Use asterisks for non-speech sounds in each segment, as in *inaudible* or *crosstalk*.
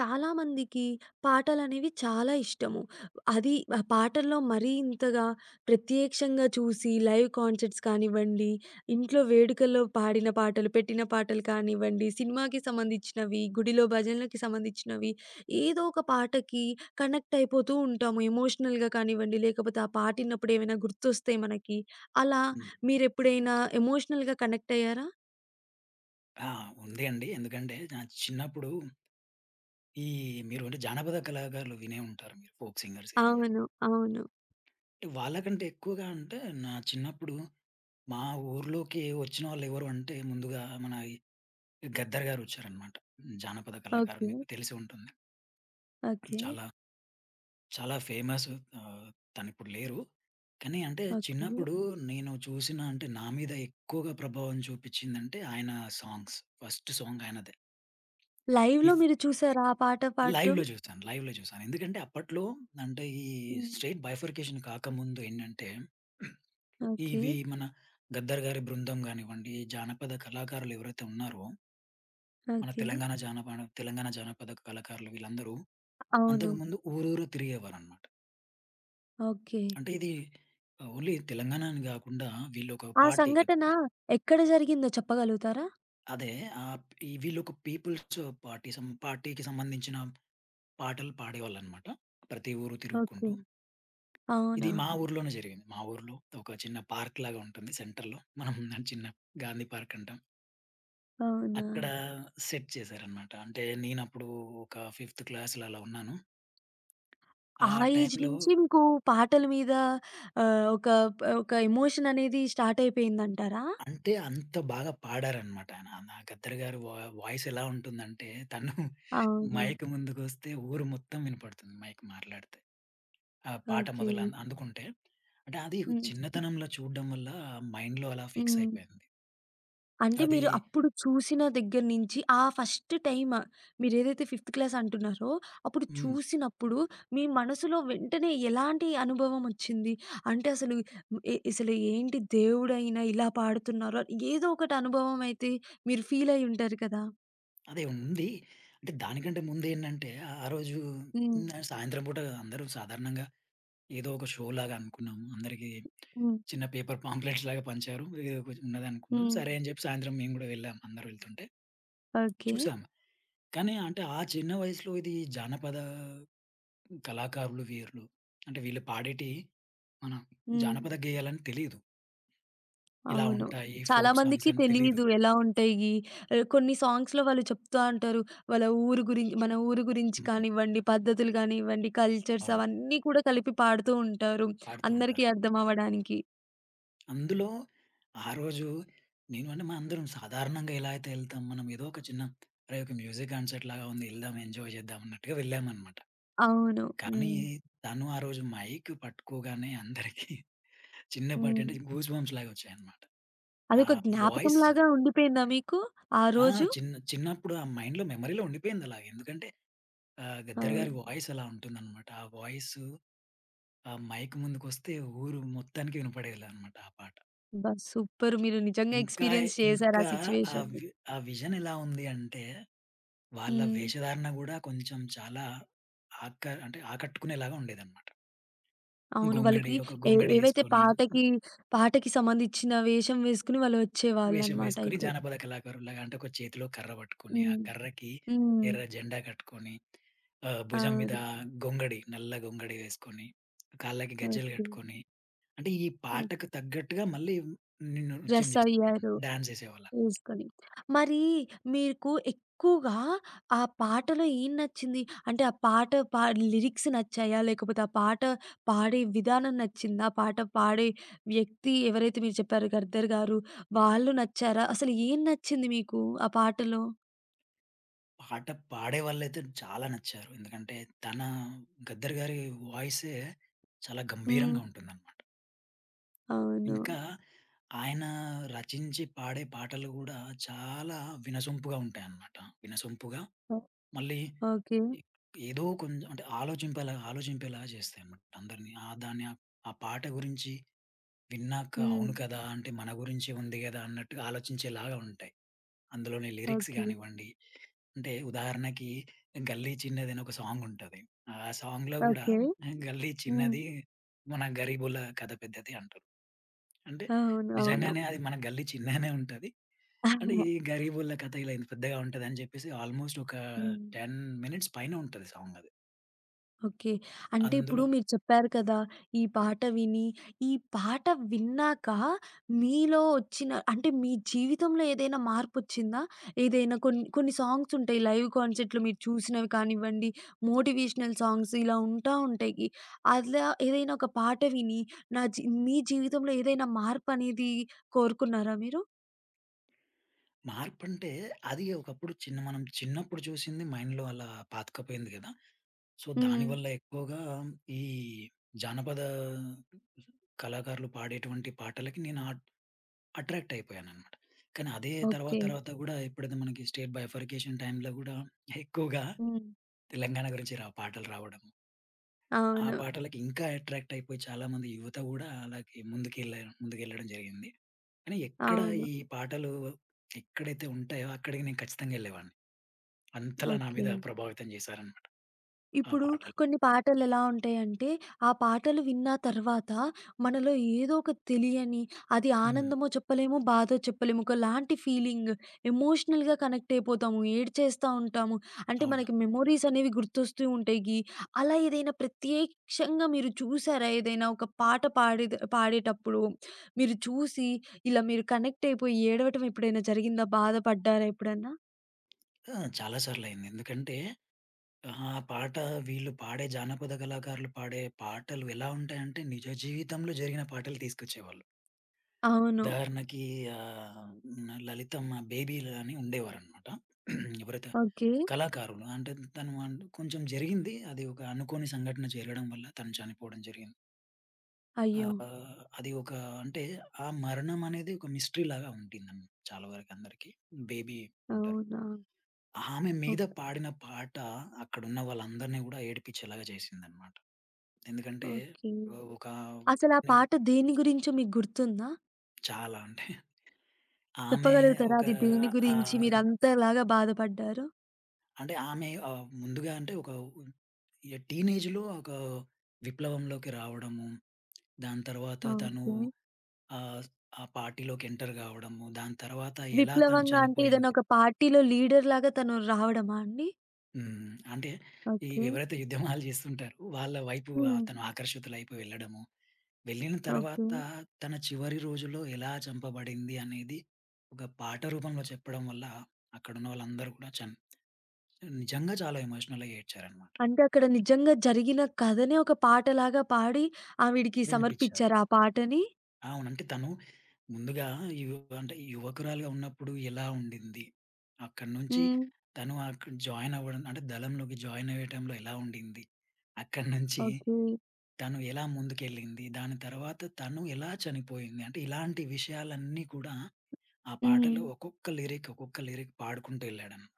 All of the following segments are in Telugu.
చాలామందికి పాటలనేవి చాలా ఇష్టము. అది ఆ పాటల్లో మరీ ఇంతగా ప్రత్యక్షంగా చూసి లైవ్ కాన్సర్ట్స్ కానివ్వండి, ఇంట్లో వేడుకల్లో పాడిన పాటలు, పెట్టిన పాటలు కానివ్వండి, సినిమాకి సంబంధించినవి, గుడిలో భజనలకి సంబంధించినవి ఏదో ఒక పాటకి కనెక్ట్ అయిపోతూ ఉంటాము. ఎమోషనల్‌గా కానివ్వండి, లేకపోతే ఆ పాట ఇన్నప్పుడు ఏమైనా గుర్తొస్తాయి మనకి. అలా హ్మ్. మీరెప్పుడైనా ఎమోషనల్‌గా కనెక్ట్ అయ్యారా? ఆ! ఉంది అండి. ఎందుకంటే నా చిన్నప్పుడు ఈ మీరు అంటే జానపద కళాకారులు వినే ఉంటారు మీరు. ఫోక్ సింగర్స్ కానివ్వండి. అవును. అవును. వాళ్ళకంటే ఎక్కువగా అంటే నా చిన్నప్పుడు మా ఊర్లోకి వచ్చిన వాళ్ళెవరు అంటే ముందుగా మన గద్దర్ గారు వచ్చారనమాట. జానపద కళాకారులు ఓకే. మీకు తెలిసి ఉంటుంది. ఓకే. చాలా చాలా ఫేమస్. ఆహ్, తనిప్పుడు లేరు. కానీ అంటే ఓకే. చిన్నప్పుడు నేను చూసిన అంటే నా మీద ఎక్కువగా ప్రభావం చూపించిందంటే ఆయన సాంగ్స్. ఫస్ట్ సాంగ్ ఆయనదే. ఈ లైవ్‌లో మీరు చూసారా ఆ పాట పాడటం? లైవ్‌లో చూసాను. లైవ్‌లో చూసాను. ఎందుకంటే అప్పట్లో అంటే ఈ హ్మ్. స్ట్రెయిట్ బైఫర్కేషన్ కాకముందు ఏంటంటే, ఓకే. ఇవి మన 'గద్దర్' గారి బృందం గానివ్వండి, జానపద కళాకారులు ఎవరైతే ఉన్నారో, మన ఓకే. తెలంగాణ జానపద కళాకారులు వీళ్ళందరూ అవును. అంతకుముందు ఊరూరు తిరిగేవారనమాట. ఓకే. అంటే ఇది ఓన్లీ తెలంగాణ అని గాకుండా వీళ్ళొక ఆ పార్టీ. సంఘటన ఎక్కడ జరిగిందో చెప్పగలుగుతారా? అదే ఆహ్, వీళ్ళొక పీపుల్స్ పార్టీ పార్టీకి సంబంధించిన పాటలు పాడేవాళ్ళనమాట. ప్రతి ఊరు ఓకే. తిరుగుకుంటూ. ఇది అవునా? మా ఊర్లోనే జరిగింది. మా ఊర్లో ఒక చిన్న పార్క్‌లాగా ఉంటుంది సెంటర్‌లో. మనం దాన్ని చిన్న గాంధీ పార్క్ అంటాం. అవునా? అక్కడ సెట్ చేశారనమాట. అంటే నేనప్పుడు ఒక ఫిఫ్త్ క్లాస్‌లో అలా ఉన్నాను. ఆ ఆ ఏజ్ టైంలో నుంచి మీకు పాటల మీద ఒక ఒక ఎమోషన్ అనేది స్టార్ట్ అయిపోయిందంటారా? అంత బాగా పాడారనమాట ఆయన. నా గద్దర్ గారి వాయిస్ ఎలా ఉంటుందంటే తను అవును. మైక్ ముందుకొస్తే ఊరు మొత్తం వినపడుతుంది మైక్ మాట్లాడితే. ఆ పాట ఓకే. మొదలు అందుకుంటే. అంటే అది హ్మ్. చిన్నతనంలో చూడడం వల్ల మైండ్‌లో అలా ఫిక్స్ హ్మ్. అయిపోయింది. అంటే అది మీరు అప్పుడు చూసిన దగ్గర నుంచి ఆ ఫస్ట్ టైమ్ మీరేదైతే ఫిఫ్త్ క్లాస్ అంటున్నారో, అప్పుడు హ్మ్. చూసినప్పుడు మీ మనసులో వెంటనే ఎలాంటి అనుభవం వచ్చింది? అంటే అసలు అసలు ఏంటి దేవుడైనా ఇలా పాడుతున్నారు అని ఏదో ఒకటి అనుభవం అయితే మీరు ఫీల్ అయ్యి ఉంటారు కదా! అదే ఉంది. అంటే దానికంటే ముందేంటంటే ఆ ఆ రోజు హ్మ్. సాయంత్రం పూట అందరూ సాధారణంగా ఏదో ఒక షో లాగా అనుకున్నాము. అందరికీ హ్మ్. చిన్న పేపర్ పాంప్లెట్స్ లాగా పంచారు. ఏదో కొంచెం ఉన్నదనుకున్నాం. హ్మ్. సరే అని చెప్పి సాయంత్రం మేము గూడా వెళ్ళాం. అందరూ వెళ్తుంటే ఓకే. చూసాము. కానీ అంటే ఆ చిన్న వయసులో ఇది జానపద కళాకారులు వీరులు. అంటే వీళ్ళు పాడేటియి మన హ్మ్. జానపద గేయాలని తెలీదు. ఇలా అవును. ఉంటాయి. చాలా ఫోక్ సాంగ్స్ మందికి అని తెలీదు. తెలీదు ఎలా ఉంటాయి. కొన్ని సాంగ్స్‌లో వాళ్ళు చెప్తా ఉంటారు. వాళ్ళ ఊరు గురించి మన ఊరు గురించి హ్మ్. కానివ్వండి, పద్ధతులు కానివ్వండి, కల్చర్స్ అవును. అవన్నీ కూడా కలిపి పాడుతూ ఉంటారు. పాడుతూ అందరికీ ఉంటారు. అర్థం అవ్వడానికి. అందులో ఆ రోజు నేను అంటే మనం అందరం సాధారణంగా ఎలా అయితే ఎళ్తాం, మనం ఏదో ఒక చిన్న అరే! ఒక మ్యూజిక్ కాన్సర్ట్ లాగా ఉంది ఎళ్దాం ఎంజాయ్ చేద్దాం అన్నట్టుగా వెళ్ళామనమాట. అవును. కానీ హ్మ్. తను ఆ రోజు మైక్ పట్టుకోగానే అందరికి *laughs* చిన్నపాటి హ్మ్. అంటే గూస్ బంప్స్ లాగా వచ్చాయన్నమాట. ఆ అదొక వాయిస్ జ్ఞాపకంలాగా ఉండిపోయిందా మీకు ఆ ఆ! రోజు? చిన్నప్పుడు ఆ మైండ్‌లో మెమరీలో ఉండిపోయింది అలాగే. ఎందుకంటే ఆ! గద్దర్ గారి వాయిస్ అలా ఉంటుందనమాట. ఆ వాయిసు ఆ మైక్ ముందుకొస్తే ఊరు మొత్తానికి వినపడేలానమాట ఆ పాట. అబ్బా! సూపర్. మీరు నిజంగా ఇంకా, ఎక్స్‌పీరియన్స్ చేశారు ఆ ఇంకా ఆ సిట్యుయేషన్‌ని. వి ఆ విజన్ ఎలా ఉంది అంటే, వాళ్ళ హ్మ్. వేషధారణ గూడా కొంచెం చాలా ఆక అంటే ఆకట్టుకునేలాగా ఉండేదన్నమాట. అవును. వాళ్ళకి ఒక గొంగడి ఏవైతే యేసుకొని, పాటకి, పాటకి సంబంధించిన వేషం వేసుకొని వాళ్ళు వేషం వచ్చేవాళ్ళనమాట వేసుకొని అయితే. జానపద కళాకారుల్లాగా అంటే ఒక చేతిలో కర్ర పట్టుకొని, ఆ హ్మ్. కర్రకి హ్మ్. ఎర్ర జెండా కట్టుకొని, భుజం మీద అవును. గొంగడి, నల్ల గొంగడి వేసుకొని, కాళ్ళకి గజ్జెలు ఓకే. కట్టుకొని, అంటే ఈ ఓహ్! పాటకు తగ్గట్టుగా మళ్ళీ నృత్యం డ్రెస్ చేసేవాళ్ళు. అయ్యారు డాన్స్ చేసేవాళ్ళనమాట. వేసుకొని. మరి మీకు ఎక్కువగా ఆ పాటలో ఏం నచ్చింది? అంటే ఆ పాట పా లిరిక్స్ నచ్చాయా? లేకపోతే ఆ పాట పాడే విధానం నచ్చిందా? ఆ పాట పాడే వ్యక్తి ఎవరైతే మీరు చెప్పారో 'గద్దర్' గారు వాళ్ళు నచ్చారా? అసలు ఏం నచ్చింది మీకు ఆ పాటలో? పాట పాడేవాళ్ళైతే చాలా నచ్చారు. ఎందుకంటే తన 'గద్దర్' గారి వాయిసే చాలా హ్మ్. గంభీరంగా ఉంటుందన్నమాట. అవును. ఇంకా ఆయన రచించి పాడే పాటలు గూడా చాలా వినసొంపుగా ఉంటాయన్నమాట. వినసొంపుగా ఓ మళ్ళీ ఓకే. ఎ ఏదో కొంచెం అంటే ఆలోచింపేలాగా చేస్తాయన్నమాట అందరిని. ఆ దాన్ని ఆ ఆ పాట గురించి విన్నాక హ్మ్. అవును కదా! అంటే మన గురించే ఉంది గదా! అన్నట్టుగా ఆలోచించేలాగా ఉంటాయి. అందులోని లిరిక్స్ ఓకే. గానివ్వండి. అంటే ఉదాహరణకి 'గల్లీ చిన్నది' అని ఒక సాంగ్ ఉంటది. ఆ సాంగ్‌లో గూడా ఓకే. 'గల్లీ హ్మ్. చిన్నది మన గరీబుల కథ పెద్దది' అంటారు. అంటే అవునవును. నిజంగానే అది మన గల్లీ చిన్నగానే ఉంటది. అంటే ఈ *laughs* గరీబుల కథ ఇలా ఇంత పెద్దగా ఉంటదని జెప్పేసి ఆల్మోస్ట్ ఒక హ్మ్. 10 మినిట్స్ పైనే ఉంటది సాంగ్ అది. ఓకే. అంటే ఇప్పుడు అందులో మీరు చెప్పారు కదా! ఈ పాట విని, ఈ పాట విన్నాక మీలో వచ్చిన అంటే మీ జీవితంలో ఏదైనా మార్పొచ్చిందా? ఏదైనా కొన్ని కొన్ని సాంగ్స్ ఉంటాయి. లైవ్ కాన్సర్ట్‌లో మీరు చూసినవి కానివ్వండి, మోటివేషనల్ సాంగ్స్ ఇలా ఉంటా ఉంటాయి. అలా ఏదైనా ఒక పాట విని నా జీ మీ జీవితంలో ఏదైనా మార్పనేది కోరుకున్నారా మీరు? మార్పంటే అది ఒకప్పుడు మనం చిన్నప్పుడు చూసింది మైండ్‌లో అలా పాతుకుపోయింది గదా! సో, హ్మ్. దానివల్ల ఎక్కువగా ఈ జానపద కళాకారులు పాడేటువంటి పాటలకి నేను అట్రాక్ట్ అయిపోయాననమాట. కానీ అదే తర్వాత ఓకే. తర్వాత గూడా ఎప్పుడైతే మనకి స్టేట్ బైఫర్కేషన్ టైంలో గూడా ఎక్కువగా హ్మ్. తెలంగాణ గురించి పాటలు రావడం. ఆ అవును. పాటలకి ఇంకా అట్రాక్ట్ అయిపోయి చాలామంది యువత గూడా అలాగే ముందుకెళ్ళడం జరిగింది. కానీ ఎక్కడ అవును. ఈ పాటలు ఎక్కడైతే ఉంటాయో అక్కడికి నేను ఖచ్చితంగా ఎళ్ళేవాడిని. అంతలా నా ఓకే. మీద ప్రభావితం చేశారనమాట ఆ ఇప్పుడు పాటలు. కొన్ని పాటలెలా ఉంటాయంటే, ఆ పాటలు విన్న తర్వాత మనలో ఏదో ఒక తెలియని అది హ్మ్. ఆనందమో చెప్పలేము, బాధో చెప్పలేము. ఒకలాంటి ఫీలింగ్ ఎమోషనల్‌గా కనెక్ట్ అయిపోతాము. ఏడ్చేస్తా ఉంటాము. అంటే అవును. మనకి మెమోరీస్ అనేవి గుర్తొస్తూ ఉంటాయి. అలా ఏదైనా ప్రత్యక్షంగా మీరు చూసారా? ఏదైనా ఒక పాట పాడేటప్పుడు మీరు చూసి ఇలా మీరు కనెక్ట్ అయిపోయి ఏడవటం ఎప్పుడైనా జరిగిందా? బాధపడ్డారా ఎప్పుడన్నా? ఆ! చాలా సార్లయింది. ఎందుకంటే అహా! పాట వీళ్ళు పాడే జానపద కళాకారులు పాడే పాటలు ఎలా ఉంటాయంటే, నిజ జీవితంలో జరిగిన పాటలు తీసుకొచ్చేవాళ్ళు. అవును. ఉదాహరణకి ఆహ్, లలితమ్మ బేబీలు అని ఉండేవారనమాట. *clears throat* ఎవరైతే ఓకే. కళాకారులు అంటే తను అన్ కొంచెం జరిగింది. అది ఒక అనుకోని సంఘటన జరగడం వల్ల తను చనిపోవడం జరిగింది. అయ్యో! అది ఒక అంటే ఆ మరణం అనేది ఒక మిస్టరీ లాగా చాలా వరకు అందరికీ. బేబీ అంటారు. అవునా! ఆమె మీద ఓకే. పాడిన పాట అక్కడున్న వాళ్ళందరిని గూడా ఏడిపించేలాగా చేసిందనమాట. ఎందుకంటే ఓకే. ఆహ్, ఒక అసలా కొన్ని పాట దేని గురించో మీకు గుర్తుందా? చాలా అంటే ఆమె చెప్పగలుగుతారా? ఒక అది దేని గురించి ఆహ్, మీరంతలాగా బాధపడ్డారు? అంటే ఆమె ముందుగా అంటే ఈ టీనేజ్‌లో ఒక విప్లవంలోకి రావడము. దాని తర్వాత తను ఓకే. ఆహ్, ఆ పార్టీలోకి ఎంటర్ కావడము. దాని తర్వాత ఎలా తను విప్లవంగా అంటే ఏదైనా చనిపోయింది. ఒక పార్టీలో లీడర్‌లాగా తను రావడమా అండి? హ్మ్. అంటే ఓకే. ఎవరైతే యుద్ధమాలు చేస్తుంటారో వాళ్ళ వైపు హ్మ్. తను ఆకర్షితులైపోయి వెళ్ళడము. వెళ్ళిన ఓకే. తర్వాత తన చివరి రోజుల్లో ఎలా చంపబడింది అనేది ఒక పాట రూపంలో చెప్పడం వల్ల అక్కడున్న వాళ్ళందరూ కూడా నిజంగా చాలా ఎమోషనల్‌గా ఏడ్చారనమాట. అంటే అక్కడ నిజంగా జరిగిన కథనే ఒక పాటలాగా పాడి ఆవిడకి వినిపిచ్చారు. సమర్పించారా ఆ పాటని? అవును. అంటే తను ముందుగా యు అంటే యువకురాలుగా ఉన్నప్పుడు ఎలా ఉండింది? అక్కడి నుంచి హ్మ్. తను అక్కడ జాయిన్ అవ్వడం అంటే దళంలోకి జాయిన్ అయ్యే టైంలో ఎలా ఉండింది? అక్కడి నుంచి ఓకే. తను ఎలా ముందుకెళ్ళింది? దాని తర్వాత తను ఎలా చనిపోయింది? అంటే ఇలాంటి విషయాలన్నీ కూడా ఆ హ్మ్. పాటలో ఒక్కొక్క లిరిక్, ఒక్కొక్క లిరిక్ పాడుకుంటూ ఎళ్ళాడన్నమాట.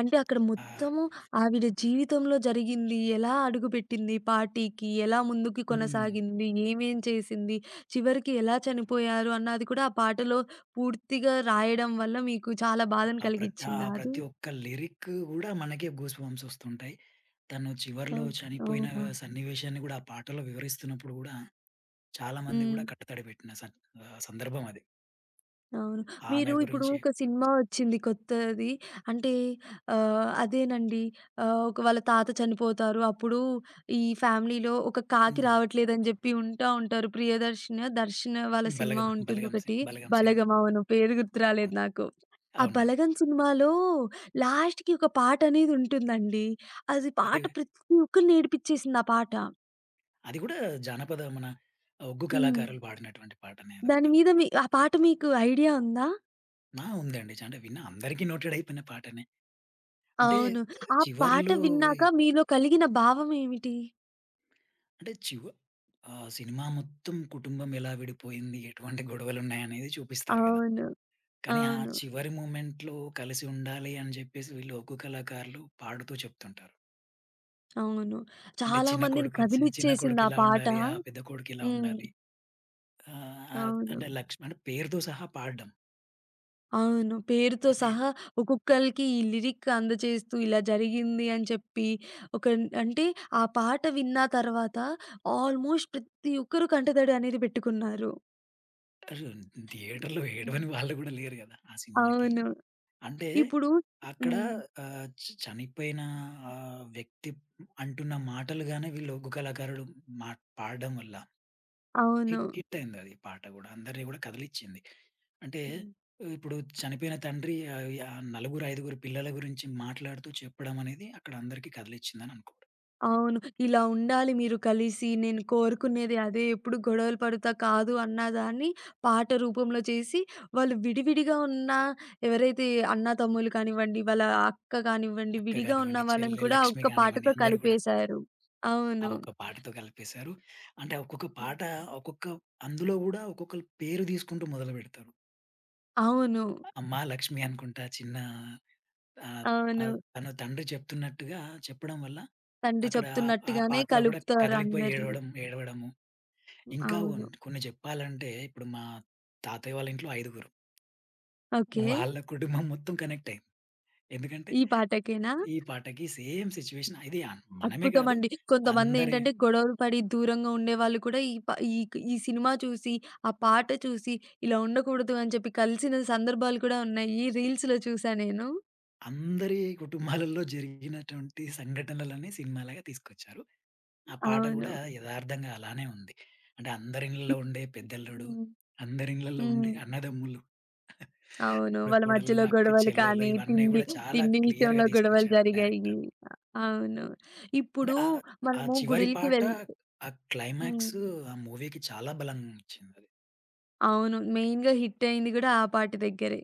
అంటే అక్కడ ఆహ్, మొత్తము ఆవిడ జీవితంలో జరిగింది, ఎలా అడుగుపెట్టింది పార్టీకి, ఎలా ముందుకి హ్మ్. కొనసాగింది, ఏమేం చేసింది, చివరికి ఎలా చనిపోయారు అన్నది కూడా ఆ పాటలో పూర్తిగా రాయడం వల్ల మీకు చాలా బాధను ఆ కలిగిచ్చిందా అది? ప్రతి ఒక్క లిరిక్ గూడా మనకే గూస్ బంప్స్ వస్తుంటాయి. తను ఆ! చివర్లో చనిపోయిన అవునా? సన్నివేశాన్ని గూడా ఆ పాటలో వివరిస్తున్నప్పుడు గూడా చాలామంది హ్మ్. గూడా కట్టుతడి పెట్టిన సందర్భం అది. అవును. ఆమె మీరు ఇప్పుడు గురించి ఒక సినిమా వచ్చింది కొత్తది. అంటే అదేనండి. ఒక వాళ్ళ తాత చనిపోతారు. అప్పుడు ఈ ఫ్యామిలీలో ఒక కాకి హ్మ్. రావట్లేదని జెప్పి ఉంటారు. 'దర్శన' వాళ్ళ సినిమా ఉంటుందొకటి. 'బలగం' సినిమా. 'బలగం' అవును. పేరు గుర్తు రాలేదు అవును. నాకు. ఆ అవునండి. 'బలగం' సినిమాలో లాస్ట్‌కి ఒక పాటనేది ఉంటుందండి. అది అది పాట ప్రతి ఒక్కరిని ఏడిపిచ్చేసింది ఆ పాట. అది గూడా జానపద మన ఒగ్గు హ్మ్. కళాకారులు పాడినటువంటి పాటనే అది దాని గూడా. మీద మీ ఆ పాట మీకు ఐడియా ఉందా? ఆ! ఉందండి. అంటే విన్న అందరికీ నోటెడ్ అయిపోయిన పాటనే. అంటే అవును. ఆ పాట చివర్లో ఈ విన్నాక మీలో కలిగిన భావం ఏమిటి? అంటే చివ ఆ సినిమా మొత్తం కుటుంబం ఎలా విడిపోయింది, ఎటువంటి గొడవలున్నాయనేది చూపిస్తారు గదా! అవును. కానీ ఆ అవును. చివరి మొమెంట్‌లో కలిసి ఉండాలి అని జెప్పేసి వీళ్ళు ఒగ్గు కళాకారులు పాడుతూ చెప్తుంటారు. అవును. అంటే చాలా మందిని చిన్న కొడుకు కదిలిచ్చేసింది ఆ ఇలా పాట. ఉండాలి. ఆ పెద్ద కొడుకు ఇలా హ్మ్. ఉండాలి. అవును. అంటే లక్ష్మణ్ పేరుతో సహా పాడడం. అవును. పేరుతో అది సహా ఒక్కొక్కళ్ళకి ఈ లిరిక్ అందజేస్తూ ఇలా జరిగింది అని చెప్పి ఒక అంటే ఆ పాట విన్న తర్వాత ఆల్మోస్ట్ ప్రతి ఒక్కరు కంటతడి అనేది పెట్టుకున్నారు. అసలు థియేటర్‌లో హ్మ్. ఏడవని వాళ్ళు గూడా లేరు గదా! ఆ సినిమాకి. అవును. అంటే ఇప్పుడు అక్కడ హ్మ్. ఆహ్, చ చనిపోయిన వ్యక్తి అంటున్న మాటలుగానే వీళ్ళు ఒగ్గు కళాకారుడు మా పాడడం వల్ల అవును. హిట్ హిట్ అయిందది పాట గూడా. అందరిని గూడా కదిలిచ్చింది. అంటే ఇప్పుడు చనిపోయిన తండ్రి ఆహ్, యా నలుగురు, ఐదుగురు పిల్లల గురించి మాట్లాడుతూ చెప్పడం అనేది అక్కడ అందరికీ కదిలిచ్చిందని అనుకోవడం. అవును. ఇలా ఉండాలి మీరు కలిసి, నేను కోరుకునేది అదే, ఎప్పుడు గొడవలు పడుతా కాదు అన్నదాన్ని పాట రూపంలో చేసి, వాళ్ళు విడివిడిగా ఉన్న ఎవరైతే అన్నా, తమ్ముళ్ళు కానివ్వండి, వాళ్ళ అక్క కానివ్వండి, అక్క విడిగా గానివ్వండి, ఉన్న వాళ్ళని చెల్లె, కూడా లక్ష్మి ఒక్క గానివ్వండి పాటతో అందరూ గూడా కలిపేశారు. ఆ అవును. ఒక్క పాటతో కలిపేశారు. అంటే ఒక్కొక్క పాట ఒక్కొక్క అందులో గూడా ఒక్కొక్కళ్ళ పేరు తీసుకుంటూ మొదలుపెడతారు. అవును. అమ్మా లక్ష్మి అనుకుంటా చిన్న ఆహ్, అవును. తన తండ్రి చెప్తున్నట్టుగా చెప్పడం వల్ల తండ్రి అక్కడ ఆ చెప్తున్నట్టుగానే పాత్ర గూడా కలుపుతారు కదిలిపోయి అందరిని. ఏడవడం, ఏడవడము. ఇంకా అవును. ఉన్ కొన్ని చెప్పాలంటే ఇప్పుడు మా తాతయ్య వాళ్ళ ఇంట్లో ఐదుగురు. ఓకే. వాళ్ళ కుటుంబం మొత్తం కనెక్ట్ అయింది. ఎందుకంటే ఈ పాటకేనా? ఈ పాటకి సేమ్ సిట్యుయేషన్ ఇది మనమే గాదు అద్భుతమండి. అందరి కొంతమందేంటంటే గొడవలు పడి దూరంగా ఉండేవాళ్ళు కూడా ఈ ఈ సినిమా చూసి, ఆ పాట చూసి ఇలా ఉండకూడదు అని చెప్పి కలిసిన సందర్భాలు కూడా ఉన్నాయి. రీల్స్‌లో చూసా నేను. అందరి కుటుంబాలలో జరిగినటువంటి సంఘటనలనే సినిమాలాగా తీసుకొచ్చారు. ఆ పాట అవును. గూడా యదార్థంగా అలానే ఉంది. అంటే అందరి ఇళ్ళలో ఇప్ ఉండే పెద్దల్లుడు, హ్మ్. అందరి ఇళ్ళలో హ్మ్. ఉండే అన్నదమ్ములు, అవును. ఇప్పుడు వాళ్ళ కోడళ్ళు, మధ్యలో అక్క గొడవలు చెల్లెలు కానీ, ఇవన్నీ తిండి గూడా చాలా తిండి క్లియర్‌గా విషయంలో గొడవలు తీసుకొచ్చాడు జరిగాయి. డైరెక్టర్. అవును. అంటే ఇప్పుడు ఆ ఆ మనము చివరి గుడిలకి పాట, వెళ్ ఆ హ్మ్. క్లైమాక్స్ ఆ మూవీకి చాలా బలం ఇచ్చిందది. అవును. మెయిన్‌గా హిట్ అయింది కూడా ఆ పాట దగ్గరే.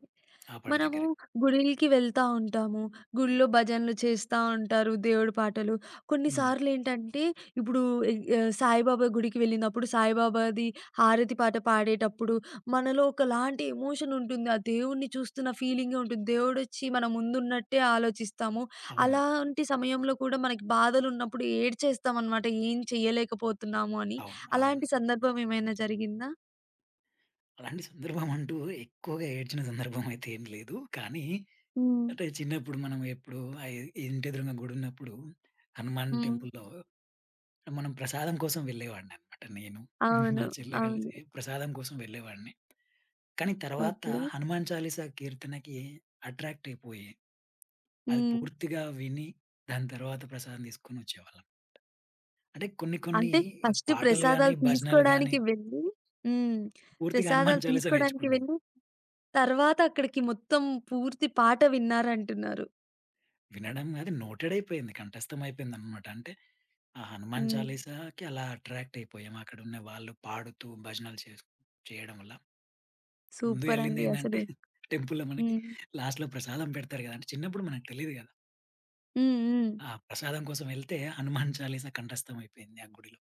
ఆ పాట మనము దగ్గరే. గుడిలకి వెళ్తా ఉంటాము. గుడిలో భజనలు చేస్తా ఉంటారు. దేవుడి పాటలు. హ్మ్. కొన్నిసార్లేంటంటే ఇప్పుడు సాయిబాబా గుడికి వెళ్ళినప్పుడు సాయిబాబాది హారతి పాట పాడేటప్పుడు మనలో ఒకలాంటి ఎమోషన్ ఉంటుంది. ఆ దేవుడిని చూస్తున్న ఫీలింగే ఉంటుంది. దేవుడొచ్చి మన ముందున్నట్టే ఆలోచిస్తాము. అవును. అలాంటి సమయంలో కూడా మనకి బాధలున్నప్పుడు ఏడ్చేస్తామనమాట. ఏం చేయలేకపోతున్నాము అని. అవును. అవును. అలాంటి సందర్భం ఏమైనా జరిగిందా? అలాంటి సందర్భం అంటూ ఎక్కువగా ఏడ్చిన సందర్భం అయితే ఏం లేదు. కానీ హ్మ్. అంటే చిన్నప్పుడు మనం ఎప్పుడు ఇంటి ఎదురుంగా గుడి ఉన్నప్పుడు హనుమాన్ హ్మ్. టెంపుల్‌లో మనం ప్రసాదం కోసం వెళ్ళేవాడిననమాట నేను. *laughs* మా అవును. చెల్లె అవును. కలిసి ప్రసాదం కోసం వెళ్ళేవాడిని. కానీ తర్వాత ఓకే. హనుమాన్ చాలీసా కీర్తనకి అట్రాక్ట్ అయిపోయి, అది హ్మ్. పూర్తిగా విని దాని తర్వాత ప్రసాదం తీసుకొనొచ్చేవాళ్ళం. అంటే కొన్ని కొన్ని అంటే ఫస్ట్ పాటలు గాని, ప్రసాదాలు భజనలు గాని తీసుకోడానికి వెళ్ళి హ్మ్. పూర్తిగా హనుమాన్ ప్రసాదాలు చాలీసా తీసుకోడానికి నేర్చుకున్నాం. వెళ్ళి, తర్వాత అక్కడికి మొత్తం పూర్తి పాట విన్నారంటున్నారు. వినడం అది నోటెడ్ అయిపోయింది. కంఠస్థం అయిపోయిందనమాట. అంటే ఆ హనుమాన్ హ్మ్. చాలీసాకి అలా అట్రాక్ట్ అయిపోయాం. అక్కడున్న వాళ్ళు పాడుతూ భజనలు చేయడం వల్ల. ముందు సూపరండి వెళ్ళిందేందంటే అసలు. *laughs* టెంపుల్‌లో మనకి హ్మ్. లాస్ట్‌లో ప్రసాదం పెడతారు గదా! అంటే చిన్నప్పుడు మనకు తెలీదు గదా! హ్మ్. హ్మ్. ఆ ప్రసాదం కోసం వెళ్తే హనుమాన్ చాలీసా కంఠస్థం అయిపోయింది ఆ గుడిలో.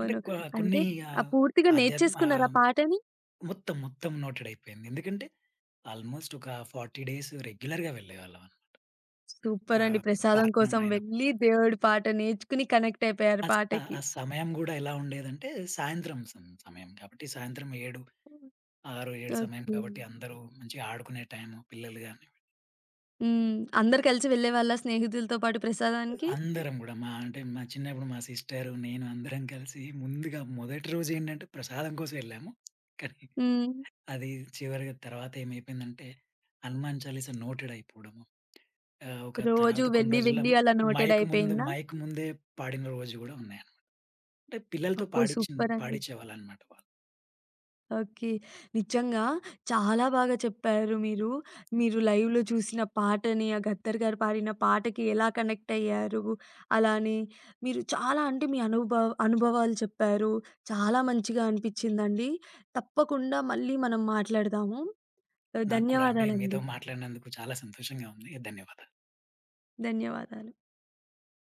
అంటే కొ కొన్ని అంటే ఆ ఆహ్, పూర్తిగా ఆధ్యాత్మ నేర్చేసుకున్నారా ఆహ్, పాటని? మొత్తం మొత్తం నోటెడ్ అయిపోయింది. ఎందుకంటే ఆల్మోస్ట్ ఒక 40 డేస్ రెగ్యులర్‌గా వెళ్ళేవాళ్ళం. సూపరండి. ఆహ్, ప్రసాదం పార్ట్‌నం కోసం అయినప్పుడు. వెళ్ళి దేవుడి పాట నేర్చుకుని కనెక్ట్ అయిపోయారు ఆ స పాటకి. ఆ సమయం గూడా ఎలా ఉండేదంటే సాయంత్రం సం సమయం కాబట్టి సాయంత్రం 7, 6, 7 సమయం ఓకే. కాబట్టి అందరూ మంచిగా ఆడుకునే టైము పిల్లలు గాని హ్మ్. అందరూ కలిసి వెళ్ళేవాళ్ళా స్నేహితులతో పాటు ప్రసాదానికి? అందరం గూడా మా చిన్నప్పుడు మా సిస్టరు, నేను అందరం కలిసి ముందుగా మొదటి రోజేంటంటే ప్రసాదం కోసం వెళ్ళాము. కానీ హ్మ్. అది చివరిగా తర్వాత ఏమైపోయిందంటే 'హనుమాన్ చాలీసా' నోటెడ్ అయిపోవడము. ఒక రోజు తర్వాత కొన్ని వెళ్ళి రోజుల్లో వెళ్ళి అలా నోటెడ్ అయిపోయిందా? మైక్ ముందే పాడిన రోజు గూడా ఉన్నాయన్నమాట. అంటే పిల్లలతో అబ్బో! సూపరండి. పాడిచ్చేవాళ్ళన్నమాట వాళ్ళు. ఓకే. నిజంగా చాలా బాగా చెప్పారు మీరు. మీరు లైవ్‌లో చూసిన పాటని, ఆ గద్దర్ గారు పాడిన పాటకి ఎలా కనెక్ట్ అయ్యారు? అలానే మీరు చాలా అంటే మీ అనుభవాలు చెప్పారు. చాలా మంచిగా అనిపిచ్చిందండి. తప్పకుండా మళ్ళీ మనం మాట్లాడదాము. నాకు కూడా అంటే మీతో ధన్యవాదాలండి. మాట్లాడినందుకు చాలా సంతోషంగా ఉంది. ధన్యవాదాలు. ధన్యవాదాలు.